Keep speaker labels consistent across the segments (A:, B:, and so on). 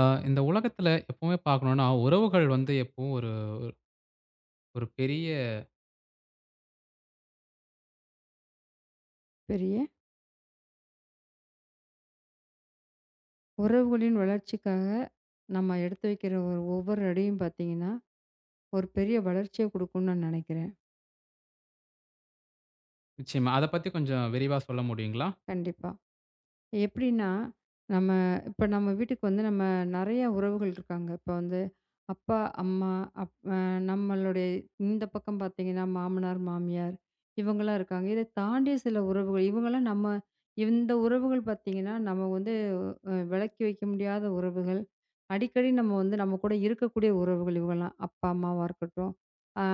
A: ஆ, இந்த உலகத்துல எப்பவுமே பார்க்கணும்னா, உறவுகள் வந்து எப்பவும் ஒரு ஒரு பெரிய
B: பெரிய உறவுகளின் வளர்ச்சிக்காக நம்ம எடுத்து வைக்கிற ஒவ்வொரு அடியும் பார்த்தீங்கன்னா, ஒரு பெரிய வளர்ச்சிய குடுக்கும்னு நான் நினைக்கிறேன்.
A: நிச்சயமா. அத பத்தி கொஞ்சம் விரிவா சொல்ல முடியுங்களா?
B: கண்டிப்பா. எப்படின்னா, நம்ம இப்ப நம்ம வீட்டுக்கு வந்து நம்ம நெறைய உறவுகள் இருக்காங்க. இப்ப வந்து அப்பா, அம்மா, அப் அ நம்மளுடைய இந்த பக்கம் பார்த்தீங்கன்னா, மாமனார், மாமியார் இவங்கலாம் இருக்காங்க. இத தாண்டிய சில உறவுகள். இவங்கலாம் நம்ம இந்த உறவுகள் பார்த்தீங்கன்னா, நம்ம வந்து விலக்கி வைக்க முடியாத உறவுகள். அடிக்கடி நம்ம வந்து நம்ம கூட இருக்கக்கூடிய உறவுகள் இவங்கலாம். அப்பா, அம்மாவா இருக்கட்டும், அ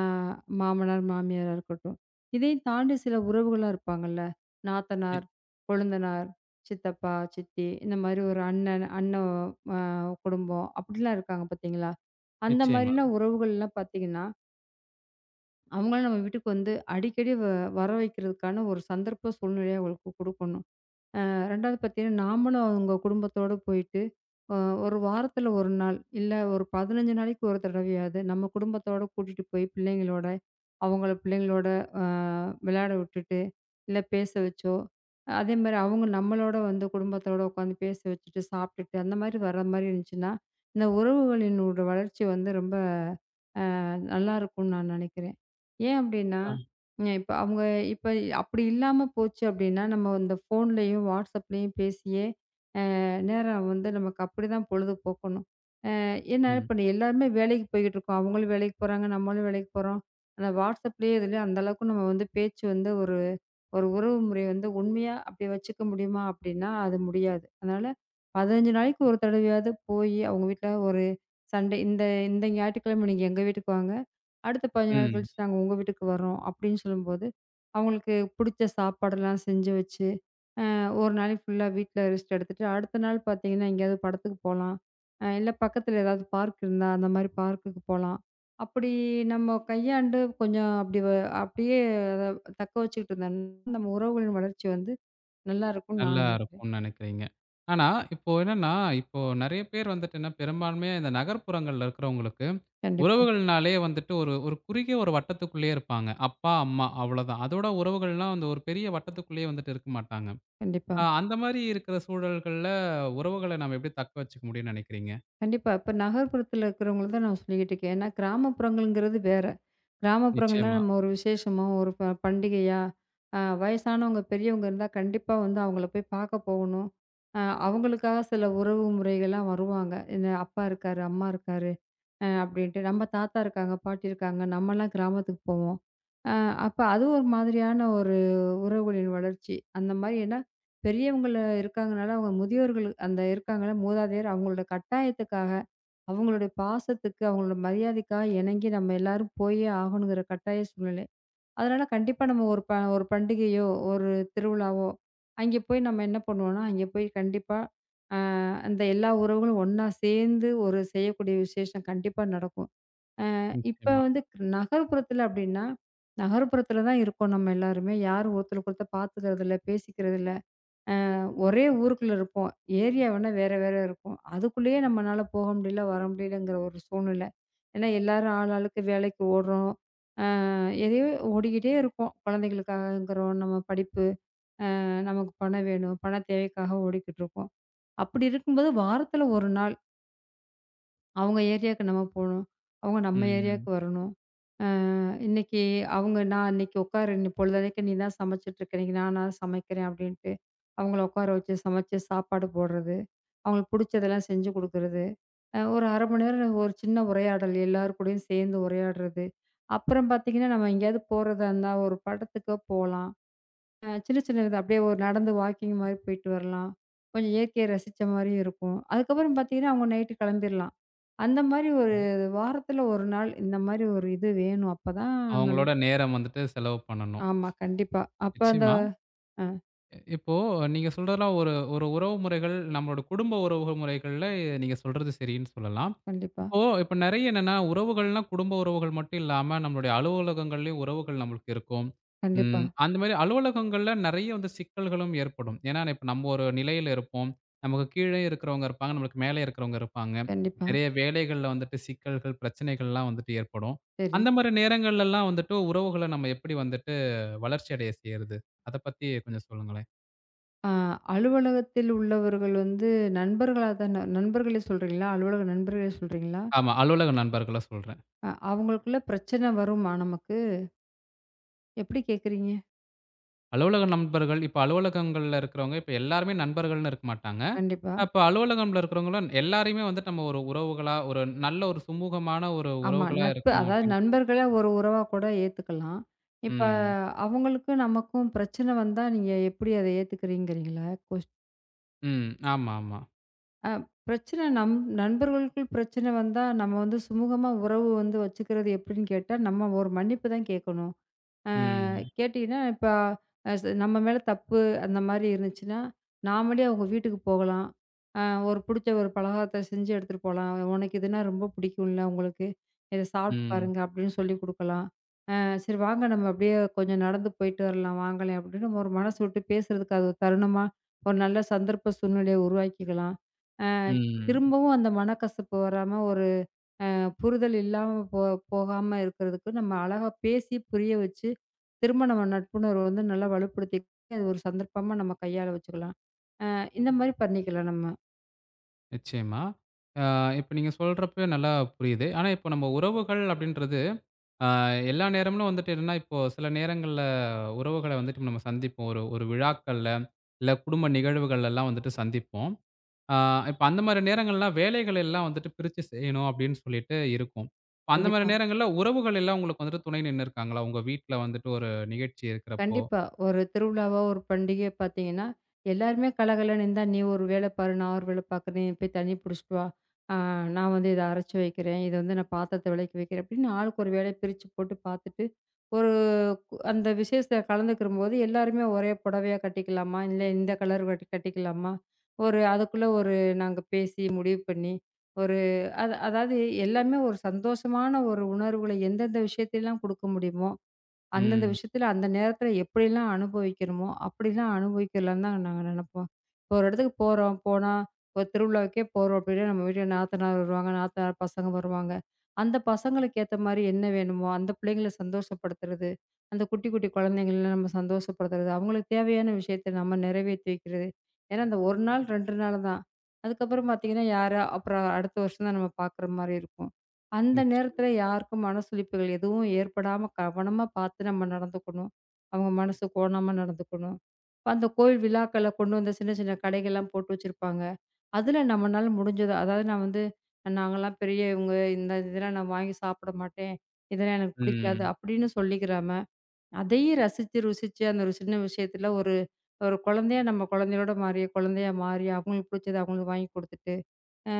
B: மாமனார், மாமியாரா இருக்கட்டும். இதையும் தாண்டி சில உறவுகள்லாம் இருப்பாங்கல்ல. நாத்தனார்,
A: நிச்
B: கொழுந்தனார் சித்தப்பா, சித்தி இந்த மாரி ஒரு அண்ணன், அண்ணன் அ குடும்பம் அப்படிலாம் இருக்காங்க பார்த்தீங்களா? அந்த
A: நிச்சயமா.
B: மாரிலாம் உறவுகள்லாம் பார்த்தீங்கன்னா, அவங்கள நம்ம வீட்டுக்கு வந்து அடிக்கடி வர வைக்கிறதுக்கான ஒரு சந்தர்ப்ப சூழ்நிலைய அவங்களுக்கு குடுக்கணும். 2வது பார்த்தீங்கன்னா, நாமளும் அவங்க குடும்பத்தோட போயிட்டு, அ ஒரு வாரத்துல 1 நாள், இல்ல ஒரு 15 நாளைக்கு ஒரு தடவையாவது நம்ம குடும்பத்தோட கூட்டிட்டு போய் பிள்ளைங்களோட, அவங்கள பிள்ளைங்களோட அ விளையாட விட்டுட்டு, இல்ல பேச வச்சோ, அதேமாரி அவங்க நம்மளோட வந்து குடும்பத்தோட உட்காந்து பேச வச்சுட்டு, சாப்பிட்டுட்டு, அந்த மாரி வர்ற மாரி இருந்துச்சுன்னா, இந்த உறவுகளினோட வளர்ச்சி வந்து ரொம்ப நல்லாருக்கும்ன்னு நான் நினைக்கிறேன். ஏன் அப்டின்னா,
A: ஆ.
B: இப்ப அவங்க இப்ப அப்படி இல்லாம போச்சு அப்டின்னா, நம்ம இந்த ஃபோன்லயும், WhatsAppலயும் பேசியே, நேரம் வந்து நமக்கு அப்படிதான் பொழுது போக்கணும். ஏன்னா,
A: ம்.
B: இப்ப எல்லாருமே வேலைக்கு போய்க்கிட்டு இருக்கோம். அவங்களும் வேலைக்கு போறாங்க, நம்மளும் வேலைக்கு போறோம். ஆனா வாட்ஸ்அப்லயே இதுலயும் அந்த அளவுக்கு நம்ம வந்து பேச்சு வந்து ஒரு ஒரு உறவு முறைய வந்து உண்மையா அப்படி வச்சுக்க முடியுமா? அப்படின்னா, அது முடியாது. அதனால 15 நாளைக்கு ஒரு தடவையாவது போயி அவங்க வீட்ல ஒரு சண்டே இந்த இந்த ஞாயிற்றுக்கிழமை நீங்க எங்க வீட்டுக்கு வாங்க. அடுத்த 15 நாள்
A: ம்.
B: கழிச்சு நாங்க உங்க வீட்டுக்கு வர்றோம் அப்படின்னு சொல்லும்போது, அவங்களுக்கு பிடிச்ச சாப்பாடெல்லாம் செஞ்சு வச்சு அ ஒரு நாளைக்கு ஃபுல்லா வீட்ல ரெஸ்ட் எடுத்துட்டு, அடுத்த நாள் பார்த்தீங்கன்னா, எங்கேயாவது படத்துக்கு போலாம். இல்ல பக்கத்துல ஏதாவது பார்க் இருந்தா, அந்த மாரி பார்க்குக்கு போலாம். அப்படி நம்ம கையாண்டு கொஞ்சம் அப்படி அப்படியே அத தக்க வச்சுக்கிட்டு இருந்தோம்னா, நம்ம உறவுகளின் வளர்ச்சி வந்து நல்லாருக்கும்னு
A: நல்லா
B: நான் நினைக்கிறேன்.
A: இருக்கும்னு நெனைக்கிறீங்க. ஆனா, இப்போ என்னன்னா, இப்போ நெறைய பேர் வந்துட்டு என்ன பெரும்பான்மையா இந்த நகர்ப்புறங்கள்ல இருக்கிறவங்களுக்கு,
B: கண்டிப்பா,
A: உறவுகள்னாலே வந்துட்டு ஒரு ஒரு குறுகிய ஒரு வட்டத்துக்குள்ளேயே இருப்பாங்க. அப்பா, அம்மா அவ்வளோதான். அதோட உறவுகள்லாம் வந்து ஒரு பெரிய வட்டத்துக்குள்ளேயே வந்துட்டு இருக்க மாட்டாங்க.
B: கண்டிப்பா.
A: அந்த மாரி இருக்கிற சூழல்கள்ல உறவுகள நம்ம எப்படி தக்க வச்சுக்க முடியும்னு நெனைக்கிறீங்க?
B: கண்டிப்பா. இப்ப நகர்ப்புறத்துல இருக்கிறவங்கள தான் நான் சொல்லிக்கிட்டு இருக்கேன். ஏன்னா கிராமப்புறங்கள்ங்கிறது வேற. கிராமப்புறங்கள்னா
A: நிச்சயமா,
B: நம்ம ஒரு விசேஷமோ, ஒரு பண்டிகையா, வயசானவங்க, பெரியவங்க இருந்தா கண்டிப்பா வந்து அவங்கள போய் பார்க்க போகணும். அ அவங்களுக்காக சில உறவு முறைகள்லாம் வருவாங்க. இந்த அப்பா இருக்காரு, அம்மா இருக்காரு. அப்படின்ட்டு நம்ம தாத்தா இருக்காங்க, பாட்டி இருக்காங்க. நம்மலாம் கிராமத்துக்கு போவோம். அ அப்ப அது ஒரு மாதிரியான ஒரு உறவுகளின் வளர்ச்சி. அந்த மாரி ஏன்னா, பெரியவங்கள இருக்கங்கனால அவங்க முதியோர்கள் அந்த இருக்காங்கல்ல மூதாதையர் அவங்களோட கட்டாயத்துக்காக, அவங்களுடைய பாசத்துக்கு, அவங்களோட மரியாதைக்காக இணங்கி நம்ம எல்லாரும் போயே ஆகணுங்கிற கட்டாய சூழ்நிலை. அதனால கண்டிப்பா நம்ம ஒரு ஒரு பண்டிகையோ, ஒரு திருவிழாவோ, அங்கே போய் நம்ம என்ன பண்ணுவோம்னா, அங்கே போய் கண்டிப்பா அ அந்த எல்லா உறவுகளும் ஒண்ணா சேர்ந்து ஒரு செய்யக்கூடிய விசேஷம் கண்டிப்பா நடக்கும். இப்ப
A: நிச்சயமா.
B: வந்து நகர்ப்புறத்துல அப்படின்னா, நகர்ப்புறத்துல தான் இருக்கோம் நம்ம எல்லாருமே. யாரும் ஒருத்தருக்கு ஒருத்தர் பார்த்துக்கிறது இல்ல, பேசிக்கிறது இல்ல. அ ஒரே ஊருக்குள்ள இருப்போம். ஏரியா வேணா வேற வேற இருக்கும். அதுக்குள்ளேயே நம்மனால போக முடியல, வர முடியலங்கிற ஒரு சூழ்நிலை. ஏன்னா எல்லாரும் ஆள் ஆளுக்கு வேலைக்கு ஓடுறோம். எதையோ ஓடிக்கிட்டே இருப்போம். குழந்தைகளுக்காகங்கிறோம், நம்ம படிப்பு, நமக்கு பணம் வேணும், பண தேவைக்காக ஓடிக்கிட்டுருப்போம். அப்படி இருக்கும்போது வாரத்தில 1 நாள் அவங்க ஏரியாவுக்கு நம்ம போணும். அவங்க நம்ம
A: ம்.
B: ஏரியாவுக்கு வரணும். இன்னைக்கு அவங்க நான் இன்னைக்கு உட்காரு நீ பொழுதனைக்கு நீ தான் சமைச்சிட்டு இருக்க இன்னைக்கு நானா சமைக்கிறேன் அப்படின்ட்டு அவங்கள உட்கார வச்சு சமைச்சு சாப்பாடு போடுறது அவங்களுக்கு பிடிச்சதெல்லாம் செஞ்சு கொடுக்கறது ஒரு அரை மணி நேரம் ஒரு சின்ன உரையாடல் எல்லார் கூடயும் சேர்ந்து உரையாடுறது அப்புறம் பார்த்தீங்கன்னா நம்ம எங்கேயாவது போகிறதா இருந்தால் ஒரு படத்துக்கோ போகலாம் சின்ன சின்னது அப்படியே ஒரு நடந்து வாக்கிங் மாரி போயிட்டு வரலாம். கொஞ்சம் இயற்கையை ரசிச்ச மாரியும் இருக்கும். அதுக்கப்புறம் பார்த்தீங்கன்னா, அவங்க நைட்டு கிளம்பிர்லாம். அந்த மாரி ஒரு வாரத்தில 1 நாள் இந்த மாரி ஒரு இது வேணும். அப்பதான் நல்
A: அவங்களோட நேரம் வந்துட்டு செலவு பண்ணணும்.
B: ஆமா, கண்டிப்பா. அப்ப அந்த
A: நிச்சயமா.
B: ஆ
A: இப்போ நீங்க சொல்றதெல்லாம் ஒரு ஒரு உறவு முறைகள், நம்மளோட குடும்ப உறவு முறைகள்ல நீங்க சொல்றது சரின்னு சொல்லலாம்.
B: கண்டிப்பா,
A: இப்ப நெறைய என்னன்னா, உறவுகள்னா குடும்ப உறவுகள் மட்டும் இல்லாம, நம்மளுடைய அலுவலகங்கள்லயும் உறவுகள் நம்மளுக்கு இருக்கும்.
B: கண்டிப்பா,
A: ம் அந்த மாரி அலுவலகங்கள்ல நெறைய வந்து சிக்கல்களும் ஏற்படும். ஏன்னா, இப்ப நம்ம ஒரு நிலையில இருப்போம். நமக்கு கீழே இருக்கிறவங்க இருப்பாங்க, நம்மளுக்கு மேலே இருக்கிறவங்க இருப்பாங்க.
B: கண்டிப்பா.
A: நெறைய வேலைகள்ல வந்துட்டு சிக்கல்கள், பிரச்சனைகள்லாம் வந்துட்டு ஏற்படும்.
B: சரி.
A: அந்த மாரி நேரங்கள்லலாம் வந்துட்டு உறவுகள நம்ம எப்படி வந்துட்டு வளர்ச்சி அடைய செய்றது? அத பத்தி கொஞ்சம் சொல்லுங்களேன்.
B: ஆ அலுவலகத்தில் உள்ளவர்கள் வந்து நண்பர்களா தான நண்பர்களே சொல்றீங்களா? அலுவலக நண்பர்களே சொல்றீங்களா?
A: ஆமா. அலுவலக நண்பர்கள சொல்றேன்.
B: அவங்களுக்குள்ள பிரச்சனை வருமா நமக்கு? எப்படி கேட்குறீங்க?
A: அலுவலக நண்பர்கள் இப்ப அலுவலகங்கள்ல இருக்கிறவங்க, இப்ப எல்லாருமே நண்பர்கள்ன்னு இருக்க மாட்டாங்க.
B: கண்டிப்பா.
A: அப்ப அலுவலகம்ல இருக்கிறவங்களும் எல்லாரையுமே வந்துட்டு நம்ம ஒரு உறவுகளா, ஒரு நல்ல ஒரு சுமூகமான ஒரு
B: ஆமா.
A: உறவுகளா
B: நட்பு
A: இருக்கணும்
B: அதாவது
A: அப்படின்னு
B: நண்பர்கள ஒரு உறவா கூட ஏத்துக்கலாம். இப்ப
A: ம்.
B: அவங்களுக்கும் நமக்கும் பிரச்சனை வந்தா, நீங்க எப்படி அத ஏத்துக்கிறீங்கிறீங்களா? கொஸ்
A: ம். ஆமா, ஆமா.
B: அ பிரச்சனை நம் நண்பர்களுக்குள் பிரச்சனை வந்தா, நம்ம வந்து சுமூகமா உறவு வந்து வச்சுக்கிறது எப்படின்னு கேட்டா, நம்ம ஒரு மன்னிப்பு தான் கேட்கணும். அ
A: ம்.
B: கேட்டீங்கன்னா, இப்ப அ ச நம்ம மேல தப்பு அந்த மாரி இருந்துச்சுன்னா, நாமளே அவங்க வீட்டுக்கு போகலாம். அ ஒரு புடிச்ச ஒரு பலகாரத்த செஞ்சு எடுத்துட்டு போலாம். "உனக்கு இதுனா ரொம்ப பிடிக்கும்ல உங்களுக்கு. இத சாப்பிட்டு
A: ம்.
B: பாருங்க" அப்படின்னு சொல்லிக் குடுக்கலாம். சரி வாங்க நம்ம அப்படியே கொஞ்சம் நடந்து போயிட்டு வரலாம் வாங்களேன் அப்படின்னு நம்ம ஒரு மனசு விட்டு பேசுறதுக்கு அது ஒரு தருணமா, ஒரு நல்ல சந்தர்ப்ப சூழ்நிலைய உருவாக்கிக்கலாம். அ
A: ம்.
B: திரும்பவும் அந்த மனக்கசப்பு வராம, ஒரு புரிதல் இல்லாம போகாம இருக்கிறதுக்கு நம்ம அழகா பேசி புரிய வச்சு, திரும்ப நம்ம நட்புணர்வ வந்து நல்லா வலுப்படுத்தி அது ஒரு சந்தர்ப்பமா நம்ம கையாள வச்சுக்கலாம். இந்த மாரி பண்ணிக்கலாம் நம்ம.
A: நிச்சயமா. ஆ இப்ப நீங்க சொல்றப்பவே நல்லா புரியுது. ஆனா இப்ப நம்ம உறவுகள் அப்படின்றது, ஆ எல்லா நேரமும் வந்துட்டு என்னன்னா, இப்போ சில நேரங்கள்ல உறவுகள வந்துட்டு நம்ம சந்திப்போம். ஒரு ஒரு விழாக்கள்ல, இல்ல குடும்ப நிகழ்வுகள்ல எல்லாம் வந்துட்டு சந்திப்போம். ஆ இப்ப அந்த மாரி நேரங்கள்லாம் வேலைகள் எல்லாம் வந்துட்டு பிரிச்சு செய்யணும் அப்படின்னு சொல்லிட்டு இருக்கும். இப்ப அந்த மாரி
B: கண்டிப்பா.
A: நேரங்கள்ல உறவுகள் எல்லாம் உங்களுக்கு வந்துட்டு துணை நின்னு இருக்காங்களா? உங்க வீட்ல வந்துட்டு ஒரு நிகழ்ச்சி இருக்கிறப்போ?
B: கண்டிப்பா. ஒரு திருவிழாவோ, ஒரு பண்டிகையோ பார்த்தீங்கன்னா, எல்லாருமே கலகலன்னு இருந்தா, "நீ ஒரு வேல பாரு, நான் ஒரு வேல பார்க்குறேன். நீ போய் தண்ணி புடிச்சிட்டு வா. ஆ நான் வந்து இத அரைச்சு வைக்கிறேன். இத வந்து நான் பாத்திரத்த வெளக்கி வைக்கிறேன்." அப்படின்னு ஆளுக்கு ஒரு வேலைய பிரிச்சு போட்டு பார்த்துட்டு, ஒரு அந்த விசேஷத்துல கலந்துக்கிறம்போது, எல்லாருமே ஒரே புடவையா கட்டிக்கலாமா? இல்ல இந்த கலர் கட்டிக்கலாமா? ஒரு அதுக்குள்ள ஒரு நாங்க பேசி முடிவு பண்ணி, ஒரு அதாவது எல்லாமே ஒரு சந்தோஷமான ஒரு உணர்வுகள எந்தெந்த விஷயத்தையெல்லாம் குடுக்க முடியுமோ அந்தந்த
A: ம்.
B: விஷயத்துல, அந்த நேரத்துல எப்படிலாம் அனுபவிக்கிறோமோ, அப்படிலாம் அனுபவிக்கலான்னு தான் நாங்க நெனைப்போம். இப்போ ஒரு இடத்துக்கு போறோம், போனா ஒரு திருவிழாவுக்கே போறோம் அப்படின்னா, நம்ம வீட்ல நாத்தனார் வருவாங்க, நாத்தனார் பசங்க வருவாங்க. அந்த பசங்களுக்கு ஏத்த மாரி என்ன வேணுமோ, அந்த பிள்ளைங்கள சந்தோஷப்படுத்துறது, அந்த குட்டி, குட்டி குழந்தைங்கள நம்ம சந்தோஷப்படுத்துறது, அவங்களுக்கு தேவையான விஷயத்த நம்ம நிறைவேத்தி வைக்கிறது. ஏன்னா, அந்த 1 நாள், 2 நாள் தான். அதுக்கப்புறம் பார்த்தீங்கன்னா, யார அப்புறம் அடுத்த வருஷம் தான் நம்ம பார்க்குற மாரி இருக்கும். அந்த நேரத்துல
A: நிச்சயமா.
B: யாருக்கும் மனசொலிப்புகள் எதுவும் ஏற்படாம கவனமா பார்த்து நம்ம நடந்துக்கணும். அவங்க மனசு கோணாம நடந்துக்கணும். இப்ப அந்த கோயில் விழாக்கள்ல கொண்டு வந்த சின்ன சின்ன கடைகள்லாம் போட்டு வச்சிருப்பாங்க. அதுல நம்மனால முடிஞ்சது அதாவது நான் வந்து நாங்கலாம் பெரியவங்க இந்த இதெல்லாம் நான் வாங்கி சாப்பிட மாட்டேன். இதெல்லாம் எனக்கு பிடிக்காது
A: ம்.
B: அப்படின்னு சொல்லிக்கிறாம, அதையும் ரசிச்சு, ருசிச்சு அந்த ஒரு சின்ன விஷயத்துல ஒரு ஒரு குழந்தையா நம்ம குழந்தையோட மாறி, குழந்தையா மாறி அவங்களுக்கு பிடிச்சத அவங்களுக்கு வாங்கி குடுத்துட்டு அ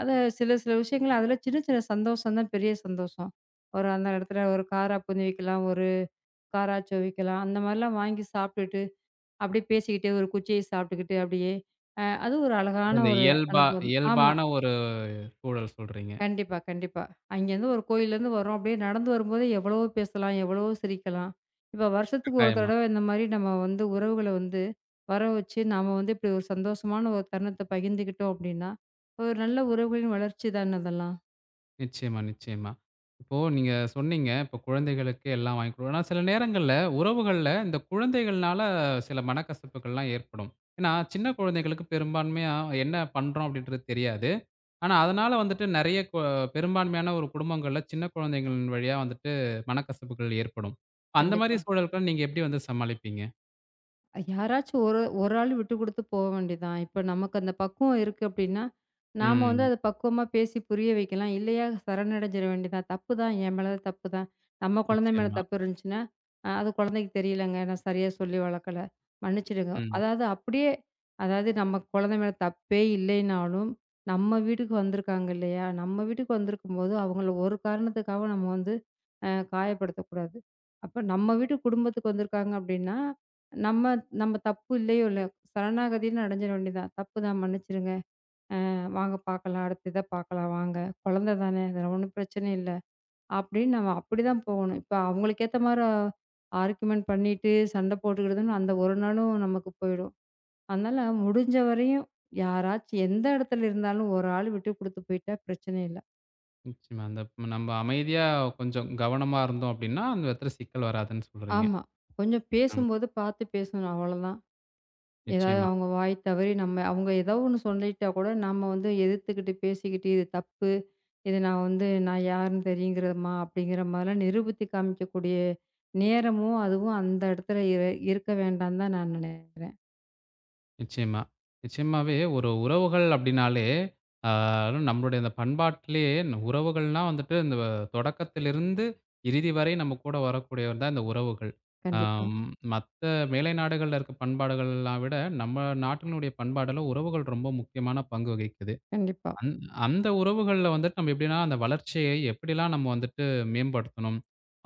B: அத சில சில விஷயங்கள் அதில சின்ன சின்ன சந்தோஷம் தான் பெரிய சந்தோஷம். ஒரு அந்த இடத்துல ஒரு காரா பூந்தி வைக்கலாம், ஒரு காரா அச்சுவ வைக்கலாம். அந்த மாரிலாம் வாங்கி சாப்பிட்டுட்டு, அப்படியே பேசிக்கிட்டே ஒரு குச்சியை சாப்பிட்டுக்கிட்டு அப்படியே, அது ஒரு அழகான
A: இந்த
B: ஒரு
A: இயல்பா
B: அனுபவம். ஆமா.
A: இயல்பான ஒரு சூழல் சொல்றீங்க.
B: கண்டிப்பா, கண்டிப்பா. அங்கேருந்து ஒரு கோயில்லேருந்து வர்றோம். அப்படியே நடந்து வரும்போதே எவ்வளவோ பேசலாம், எவ்வளவோ சிரிக்கலாம். இப்ப வருஷத்துக்கு ஒரு
A: கட்டாயமா.
B: தடவ இந்த மாரி நம்ம வந்து உறவுகள வந்து வர வச்சு, நாம வந்து இப்படி ஒரு சந்தோஷமான ஒரு தருணத்த பகிர்ந்துக்கிட்டோம் அப்படின்னா, ஒரு நல்ல உறவுகளின் வளர்ச்சி தான அதெல்லாம்.
A: நிச்சயமா, நிச்சயமா. இப்போ நீங்க சொன்னீங்க, இப்போ குழந்தைகளுக்கு எல்லாம் வாங்கி குடு ஆனா சில நேரங்கள்ல உறவுகள்ல இந்த குழந்தைகள்னால சில மனக்கசப்புகள்லாம் ஏற்படும். ஏன்னா, சின்ன குழந்தைகளுக்கு பெரும்பான்மையா என்ன பண்றோம் அப்படின்றது தெரியாது. ஆனா, அதனால வந்துட்டு நெறைய கொ பெரும்பான்மையான ஒரு குடும்பங்கள்ல சின்ன குழந்தைகளின் வழியா வந்துட்டு மனக்கசப்புகள் ஏற்படும். அந்த
B: கண்டிப்பா.
A: மாரி சூழல்கள நீங்க எப்படி வந்து சமாளிப்பீங்க?
B: யாராச்சும் ஒரு ஒரு ஆள் விட்டு குடுத்து போ வேண்டியதுதான். இப்ப நமக்கு அந்த பக்குவம் இருக்கு அப்டின்னா, நாம வந்து
A: ம்.
B: அத பக்குவமா பேசி புரிய வைக்கலாம். இல்லையா சரணடைஞ்சிட வேண்டியதுதான். தப்பு தான் என் மேல தப்பு தான். நம்ம குழந்தை மேல
A: நிச்சயமா.
B: தப்பு இருந்துச்சுன்னா, அது குழந்தைக்கு தெரியலங்க. நான் சரியா சொல்லி வளர்க்கல. மன்னிச்சிடுங்க.
A: ம்.
B: அதாவது அப்படியே அதாவது நம்ம குழந்தை மேல தப்பே இல்லைனாலும், நம்ம வீட்டுக்கு வந்திருக்காங்க இல்லையா? நம்ம வீட்டுக்கு வந்திருக்கும்போது அவங்கள ஒரு காரணத்துக்காக நம்ம வந்து காயப்படுத்தக்கூடாது. அப்ப நம்ம வீட்டு குடும்பத்துக்கு வந்திருக்காங்க அப்டின்னா நம்ம நம்ம தப்பு இல்லையோ இல்லையோ, சரணாகதின்னு அடைஞ்சிட வேண்டியதான். "தப்பு தான் மன்னிச்சுருங்க. வாங்க பார்க்கலாம். அடுத்த இத பார்க்கலாம் வாங்க. குழந்தை தானே, அதில ஒண்ணும் பிரச்சனை இல்ல." அப்படின்னு நம்ம அப்படிதான் போகணும். இப்ப அவங்களுக்கு ஏத்த மாரி ஆர்கியுமென்ட் பண்ணிட்டு, சண்டை போட்டுக்கிட்டுதுன்னு அந்த ஒரு நாளும் நமக்கு போயிடும். அதனால முடிஞ்ச வரையும் யாராச்சும் எந்த இடத்துல இருந்தாலும் ஒரு ஆள் விட்டு குடுத்து போயிட்டா பிரச்சனை இல்ல.
A: நிச்சயமா. நம்ம அமைதியா கொஞ்சம் கவனமா இருந்தோம் அப்படின்னா, அந்த இடத்துல சிக்கல் வராதுன்னு சொல்றீங்க.
B: ஆமா. கொஞ்சம்
A: ம்.
B: பேசும்போது பார்த்து பேசணும் அவ்வளோதான். ஏதாவது
A: நிச்சயமா.
B: அவங்க வாய் தவறி நம்ம அவங்க ஏதோ ஒண்ணு சொல்லிட்டா கூட நம்ம வந்து எதிர்த்துக்கிட்டு பேசிக்கிட்டு, "இது தப்பு." இது நான் வந்து நான் யாருன்னு தெரியுங்கிறம்மா அப்படிங்கிற மாதிரிலாம் நிரூபித்து காமிக்கக்கூடிய நேரமும், அதுவும் அந்த இடத்துல இருக்க வேண்டான்னு தான் நான் நினைக்கிறேன்.
A: நிச்சயமா. நிச்சயமாவே ஒரு உறவுகள் அப்படின்னாலே, ஆ அதுவும் நம்மளுடைய இந்த பண்பாட்டிலேயே உறவுகள்னா வந்துட்டு இந்த தொடக்கத்திலிருந்து இறுதி வரை நம்ம கூட வரக்கூடியவர் தான் இந்த உறவுகள்.
B: கண்டிப்பா,
A: ஆம் மத்த மேலை நாடுகள்ல இருக்க பண்பாடுகள்லாம் விட, நம்ம நாட்டினுடைய பண்பாடுல உறவுகள் ரொம்ப முக்கியமான பங்கு வகிக்குது.
B: கண்டிப்பா.
A: அந் அந்த உறவுகள்ல வந்துட்டு நம்ம எப்படின்னா, அந்த வளர்ச்சியை எப்படிலாம் நம்ம வந்துட்டு மேம்படுத்தணும்?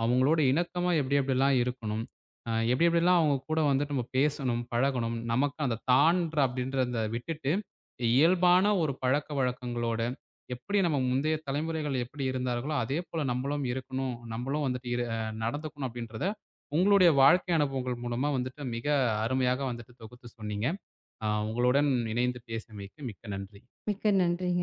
A: அவங்களோட இணக்கமா எப்டி எப்டிலாம் இருக்கணும்? எப்டி எப்டிலாம் அவங்க கூட வந்துட்டு நம்ம பேசணும், பழகணும்? நமக்கு அந்த தான்ற அப்படின்றத விட்டுட்டு, இயல்பான ஒரு பழக்கவழக்கங்களோட, எப்படி நம்ம முந்தைய தலைமுறைகள் எப்படி இருந்தார்களோ, அதே போல நம்மளும் இருக்கணும். நம்மளும் வந்துட்டு இரு அ நடந்துக்கணும் அப்படின்றத, உங்களுடைய வாழ்க்கை அனுபவங்கள் மூலமா வந்துட்டு மிக அருமையாக வந்துட்டு தொகுத்து சொன்னீங்க. உங்களுடன் இணைந்து பேசியமைக்கு மிக்க நன்றி.
B: மிக்க நன்றிங்க.